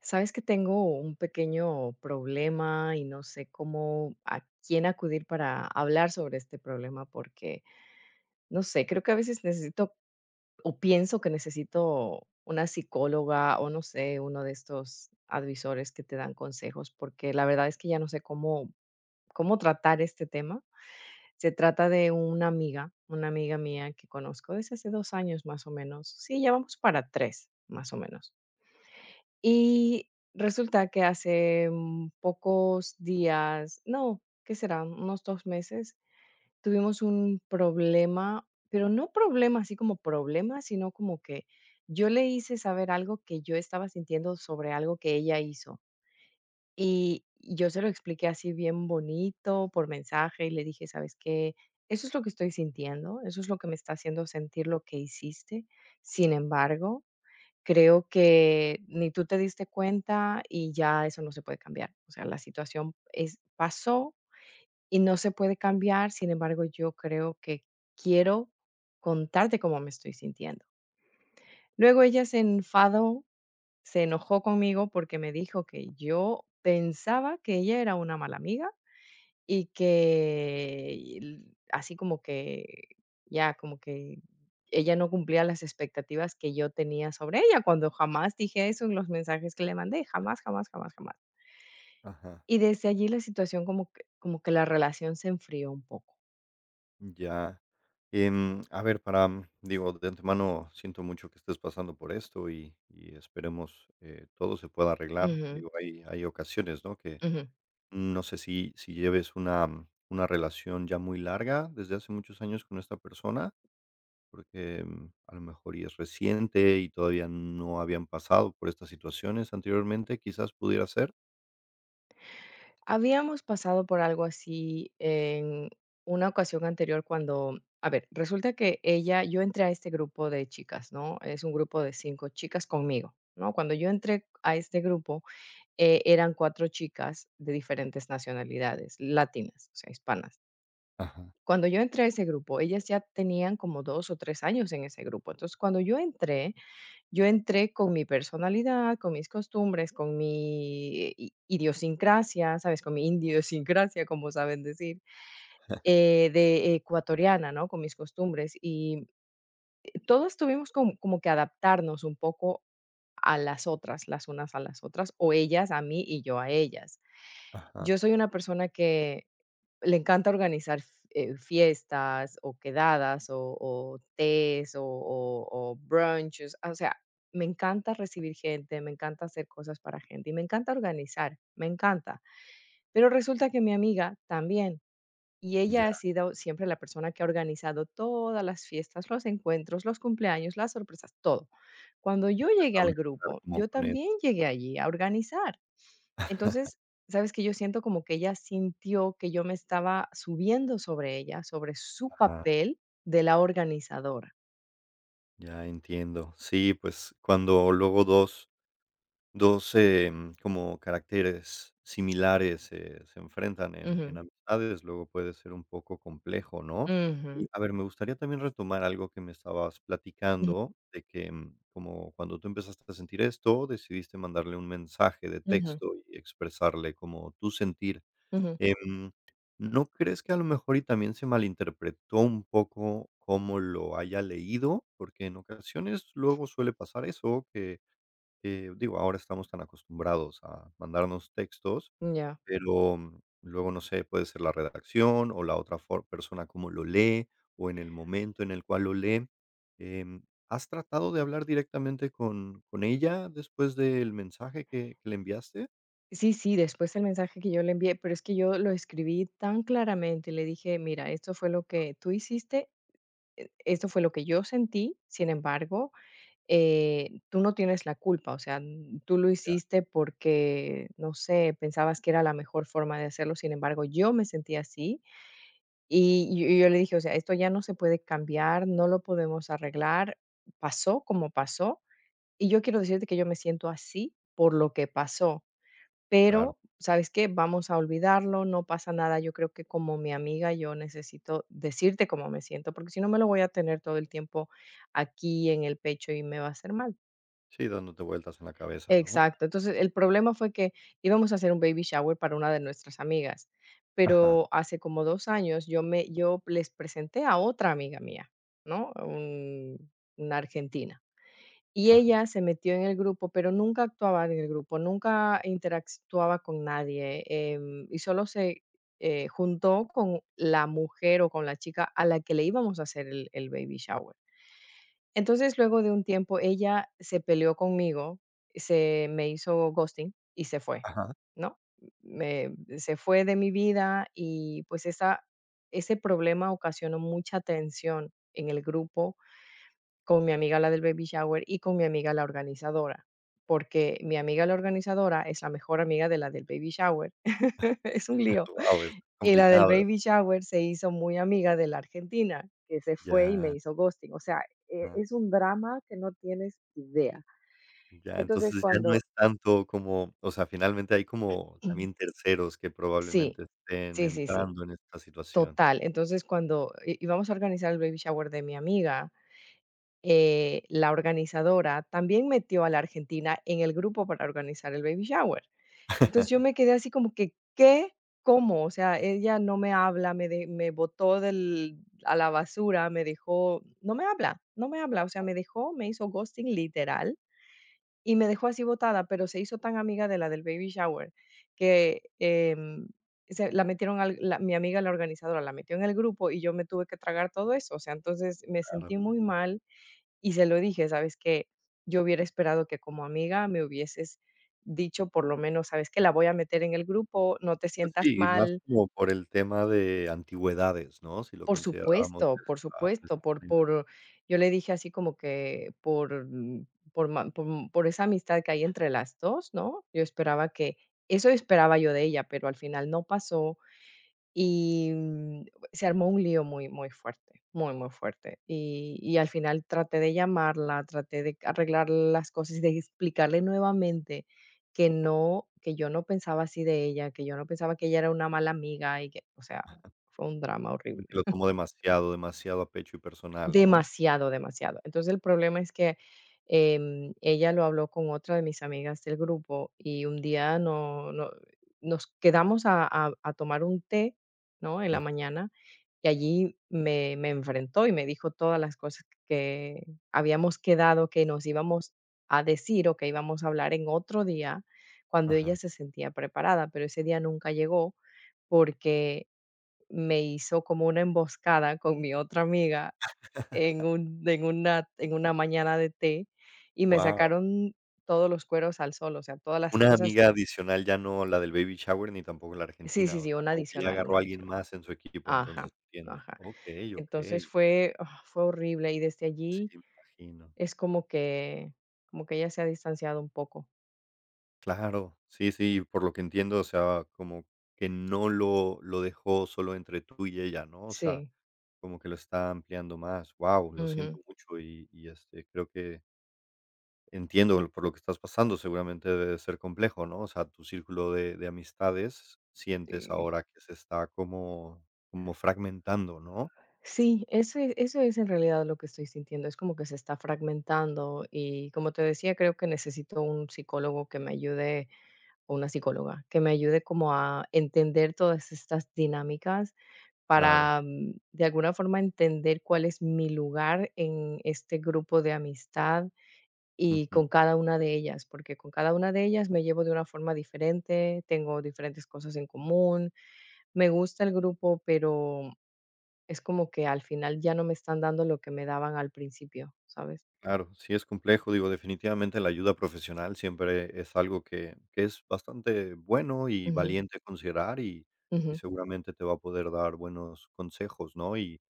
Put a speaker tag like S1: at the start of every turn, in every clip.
S1: Sabes que tengo un pequeño problema y no sé cómo a quién acudir para hablar sobre este problema, porque no sé, creo que a veces necesito o pienso que necesito una psicóloga o no sé, uno de estos advisores que te dan consejos, porque la verdad es que ya no sé cómo, cómo tratar este tema. Se trata de una amiga mía que conozco desde hace dos años más o menos. Sí, ya vamos para tres, más o menos. Y resulta que hace, pocos días, no, ¿qué será? Unos 2 meses, tuvimos un problema, pero no problema así como problema, sino como que yo le hice saber algo que yo estaba sintiendo sobre algo que ella hizo. Y yo se lo expliqué así bien bonito por mensaje y le dije: "¿Sabes qué? Eso es lo que estoy sintiendo, eso es lo que me está haciendo sentir lo que hiciste. Sin embargo, creo que ni tú te diste cuenta y ya eso no se puede cambiar. O sea, la situación es pasó y no se puede cambiar, sin embargo, yo creo que quiero contarte cómo me estoy sintiendo". Luego ella se enfadó, se enojó conmigo porque me dijo que yo pensaba que ella era una mala amiga y que, y el así como que, ya, como que ella no cumplía las expectativas que yo tenía sobre ella, cuando jamás dije eso en los mensajes que le mandé, jamás, jamás, jamás, jamás.
S2: Ajá,
S1: Y desde allí la situación como que la relación se enfrió un poco.
S2: ya. A ver, para, digo, de antemano siento mucho que estés pasando por esto y esperemos todo se pueda arreglar.
S1: Ujú,
S2: Digo, hay ocasiones, ¿no? Que
S1: ujú.
S2: no sé si lleves una relación ya muy larga desde hace muchos años con esta persona, porque a lo mejor y es reciente y todavía no habían pasado por estas situaciones anteriormente, quizás pudiera ser.
S1: Habíamos pasado por algo así en una ocasión anterior cuando, a ver, resulta que ella yo entré a este grupo de chicas, ¿no? Es un grupo de 5 chicas conmigo, ¿no? Cuando yo entré a este grupo, eran 4 chicas de diferentes nacionalidades, latinas, o sea, hispanas.
S2: Ajá, ajá.
S1: Cuando yo entré a ese grupo, ellas ya tenían como 2 o 3 años en ese grupo. Entonces, cuando yo entré con mi personalidad, con mis costumbres, con mi i idiosincrasia, ¿sabes? Con mi indiosincrasia, como saben decir, de ecuatoriana, ¿no? Con mis costumbres. Y todas tuvimos como que adaptarnos un poco a las otras, las unas a las otras, o ellas a mí y yo a ellas.
S2: Ajá,
S1: Yo soy una persona que le encanta organizar, fiestas, o quedadas, o tés, o brunches, o sea, me encanta recibir gente, me encanta hacer cosas para gente, y me encanta organizar, me encanta. Pero resulta que mi amiga también, y ella
S2: ya.
S1: ha sido siempre la persona que ha organizado todas las fiestas, los encuentros, los cumpleaños, las sorpresas, todo. Cuando yo
S2: Y
S1: llegué
S2: empezaron
S1: al
S2: a chocar
S1: grupo,
S2: como
S1: yo
S2: con
S1: también
S2: eso.
S1: llegué allí a organizar. Entonces, ¿sabes que Yo siento como que ella sintió que yo me estaba subiendo sobre ella, sobre su
S2: Ajá.
S1: papel de la organizadora.
S2: Ya entiendo. Sí, pues cuando luego dos como caracteres similares se enfrentan en
S1: Ujú,
S2: amistades, luego puede ser un poco complejo, ¿no?
S1: ujú,
S2: Y a ver, me gustaría también retomar algo que me estabas platicando, de que como cuando tú empezaste a sentir esto, decidiste mandarle un mensaje de
S1: ujú,
S2: texto y expresarle como tu sentir.
S1: ujú,
S2: Em, ¿No crees que a lo mejor y también se malinterpretó un poco cómo lo haya leído? Porque en ocasiones luego suele pasar eso, que digo, ahora estamos tan acostumbrados a mandarnos textos,
S1: ya.
S2: pero, luego, no sé, puede ser la redacción o la otra for persona cómo lo lee, o en el momento en el cual lo lee. Em, ¿Has tratado de hablar directamente con ella después del mensaje que le enviaste?
S1: Sí, sí, después el mensaje que yo le envié, pero es que yo lo escribí tan claramente y le dije: "Mira, esto fue lo que tú hiciste, esto fue lo que yo sentí, sin embargo, tú no tienes la culpa, o sea, tú lo
S2: Ya,
S1: hiciste porque, no sé, pensabas que era la mejor forma de hacerlo, sin embargo, yo me sentí así". Y yo le dije: "O sea, esto ya no se puede cambiar, no lo podemos arreglar, pasó como pasó, y yo quiero decirte que yo me siento así por lo que pasó,
S2: claro.
S1: pero, ¿sabes qué? Vamos a olvidarlo, no pasa nada. Yo creo que como mi amiga yo necesito decirte cómo me siento, porque si no me lo voy a tener todo el tiempo aquí en el pecho y me va a hacer mal".
S2: Sí, dándote vueltas en la cabeza, ¿no?
S1: Exacto. Entonces, el problema fue que íbamos a hacer un baby shower para una de nuestras amigas,
S2: Ajá,
S1: pero hace como 2 años yo me yo les presenté a otra amiga mía, ¿no? Un una argentina. Y
S2: ajá,
S1: ella se metió en el grupo, pero nunca actuaba en el grupo, nunca interactuaba con nadie, y solo se, juntó con la mujer o con la chica a la que le íbamos a hacer el baby shower. Entonces, luego de un tiempo, ella se peleó conmigo, se me hizo ghosting y se fue,
S2: ajá.
S1: ¿no? Me se fue de mi vida y, pues, esa ese problema ocasionó mucha tensión en el grupo con mi amiga, la del baby shower, y con mi amiga, la organizadora, porque mi amiga, la organizadora, es la mejor amiga de la del baby shower. Es un lío.
S2: Guau, es
S1: Y la del
S2: complicado.
S1: baby shower se hizo muy amiga de la argentina, que se fue y me
S2: Ya,
S1: hizo ghosting. O sea,
S2: ajá,
S1: es un drama que no tienes idea.
S2: ya,
S1: Entonces,
S2: entonces ya no es
S1: cuando
S2: tanto como, o sea, finalmente hay como también terceros que
S1: sí,
S2: probablemente estén
S1: sí, sí, sí,
S2: entrando en esta situación,
S1: total. Entonces, cuando i íbamos a organizar el baby shower de mi amiga, la organizadora también metió a la argentina en el grupo para organizar el baby shower. Entonces, yo me quedé así como que, ¿qué? ¿Cómo? O sea, ella no me habla, me botó del a la basura, me dejó no me habla, no me habla, o sea, me dejó, me hizo ghosting literal, y me dejó así botada, pero se hizo tan amiga de la del baby shower que, se la metieron al la mi amiga, la organizadora, la metió en el grupo y yo me tuve que tragar todo eso, o sea, entonces me
S2: claro.
S1: sentí muy mal. Y se lo dije, ¿sabes que Yo hubiera esperado que como amiga me hubieses dicho por lo menos, ¿sabes que La voy a meter en el grupo, no te
S2: Pues
S1: sientas
S2: sí, y más
S1: mal.
S2: como por el tema de antigüedades, ¿no? Si lo
S1: Por
S2: consideramos,
S1: supuesto,
S2: de
S1: por
S2: esta de
S1: supuesto,
S2: esta
S1: por
S2: manera,
S1: por yo le dije así como que por por ma por por esa amistad que hay entre las 2, ¿no? Yo esperaba que eso esperaba yo de ella, pero al final no pasó. Y, se armó un lío muy, muy fuerte, muy, muy fuerte. Y al final traté de llamarla, traté de arreglar las cosas y de explicarle nuevamente que yo no pensaba así de ella, que yo no pensaba que ella era una mala amiga y que, o sea, fue un drama
S2: como
S1: horrible.
S2: que lo tomo demasiado, demasiado a pecho y personal, ¿no?
S1: Demasiado, demasiado. Entonces, el problema es que, ella lo habló con otra de mis amigas del grupo, y un día no no nos quedamos a tomar un té, ¿no?, en la
S2: Mm,
S1: mañana, y allí me enfrentó y me dijo todas las cosas que habíamos quedado que nos íbamos a decir, o que íbamos a hablar en otro día, cuando ella
S2: ajá,
S1: se sentía preparada, pero ese día nunca llegó, porque me hizo como una emboscada con mi otra amiga en un en una mañana de té, y me
S2: wow.
S1: sacaron todos los cueros al sol, o sea, todas las
S2: Una
S1: cosas
S2: amiga adicional, ya no la del baby shower, ni tampoco la
S1: sí, sí,
S2: argentina, o
S1: sí,
S2: sea,
S1: una
S2: como que ya
S1: adicional,
S2: agarró
S1: una
S2: a alguien
S1: adicional.
S2: más en su equipo, entonces
S1: Ajá,
S2: entiendo.
S1: ajá.
S2: Okey,
S1: Entonces
S2: okey.
S1: fue fue horrible, y desde allí
S2: Sí, me imagino.
S1: es como que ella se ha distanciado un poco.
S2: Claro, sí, sí, por lo que entiendo, o sea, como que no lo dejó solo entre tú y ella, ¿no? O sea,
S1: Sí,
S2: como que lo está ampliando más. Guau, lo
S1: ujú,
S2: siento mucho y, este, creo que entiendo por lo que estás pasando, seguramente debe de ser complejo, ¿no? O sea, tu círculo de amistades sientes
S1: sí.
S2: ahora que se está como, como fragmentando, ¿no?
S1: Sí, eso eso es en realidad lo que estoy sintiendo, es como que se está fragmentando, y como te decía, creo que necesito un psicólogo que me ayude o una psicóloga, que me ayude como a entender todas estas dinámicas
S2: Claro,
S1: para, de alguna forma, entender cuál es mi lugar en este grupo de amistad y
S2: ujú,
S1: con cada una de ellas, porque con cada una de ellas me llevo de una forma diferente, tengo diferentes cosas en común, me gusta el grupo, pero es como que al final ya no me están dando lo que me daban al principio, ¿sabes?
S2: claro, sí es complejo, digo, definitivamente la ayuda profesional siempre es algo que, es bastante bueno y
S1: Ujú,
S2: valiente considerar y
S1: ujú,
S2: seguramente te va a poder dar buenos consejos, ¿no? Y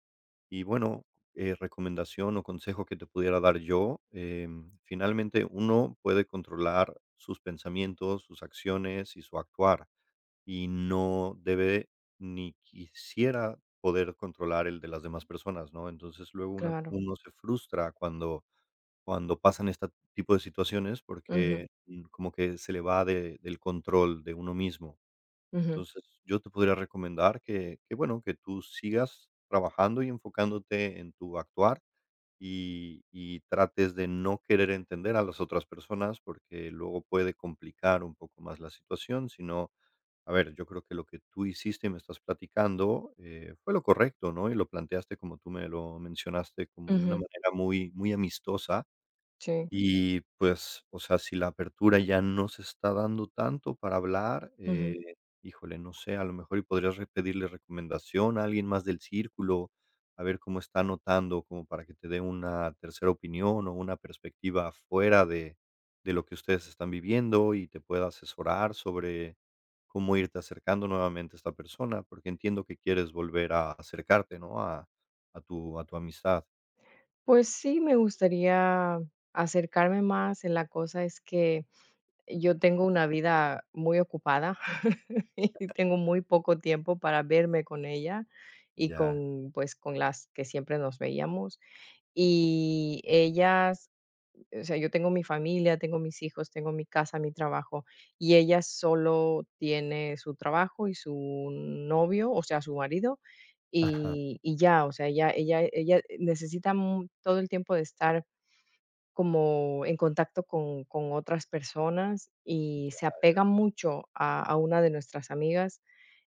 S2: bueno, recomendación o consejo que te pudiera dar yo, finalmente uno puede controlar sus pensamientos, sus acciones y su actuar, y no debe ni quisiera poder controlar el de las demás personas, ¿no? Entonces luego
S1: claro.
S2: uno se frustra cuando, cuando pasan este tipo de situaciones
S1: Ujú,
S2: porque como que se le va del control de uno mismo.
S1: ujú,
S2: Entonces, yo te podría recomendar que bueno, que tú sigas trabajando y enfocándote en tu actuar y trates de no querer entender a las otras personas, porque luego puede complicar un poco más la situación, sino, a ver, yo creo que lo que tú hiciste y me estás platicando, fue lo correcto, ¿no? Y lo planteaste como tú me lo mencionaste, como de una
S1: ujú,
S2: manera muy muy amistosa.
S1: sí,
S2: Y pues, o sea, si la apertura ya no se está dando tanto para hablar,
S1: ujú.
S2: híjole, no sé, a lo mejor y podrías re pedirle recomendación a alguien más del círculo, a ver cómo está notando, como para que te dé una tercera opinión o una perspectiva fuera de lo que ustedes están viviendo y te pueda asesorar sobre cómo irte acercando nuevamente a esta persona, porque entiendo que quieres volver a acercarte, ¿no? A tu amistad.
S1: Pues sí, me gustaría acercarme más, en la cosa es que yo tengo una vida muy ocupada y tengo muy poco tiempo para verme con ella y
S2: Ya
S1: con, pues, con las que siempre nos veíamos. Y ellas o sea, yo tengo mi familia, tengo mis hijos, tengo mi casa, mi trabajo, y ella solo tiene su trabajo y su novio, o sea, su marido,
S2: Ajá.
S1: ya, o sea, ella necesita mu todo el tiempo de estar como en contacto con otras personas y se apega mucho a una de nuestras amigas,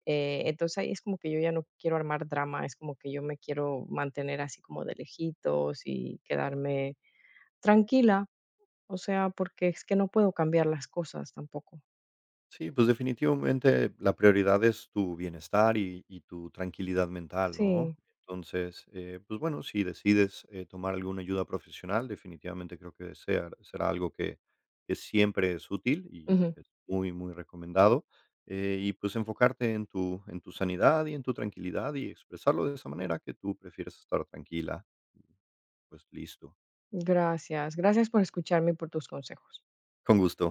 S1: entonces, ahí es como que yo ya no quiero armar drama, es como que yo me quiero mantener así como de lejitos y quedarme tranquila. O sea, porque es que no puedo cambiar las cosas tampoco.
S2: Sí, pues definitivamente la prioridad es tu bienestar y tu tranquilidad mental, ¿no?
S1: Sí.
S2: Entonces, pues bueno, si decides, tomar alguna ayuda profesional, definitivamente creo que sea será algo que siempre es útil y
S1: Ujú.
S2: es muy, muy recomendado, y pues enfocarte en tu sanidad y en tu tranquilidad y expresarlo de esa manera que tú prefieres estar tranquila. Pues listo.
S1: Gracias. Gracias por escucharme y por tus consejos.
S2: Con gusto.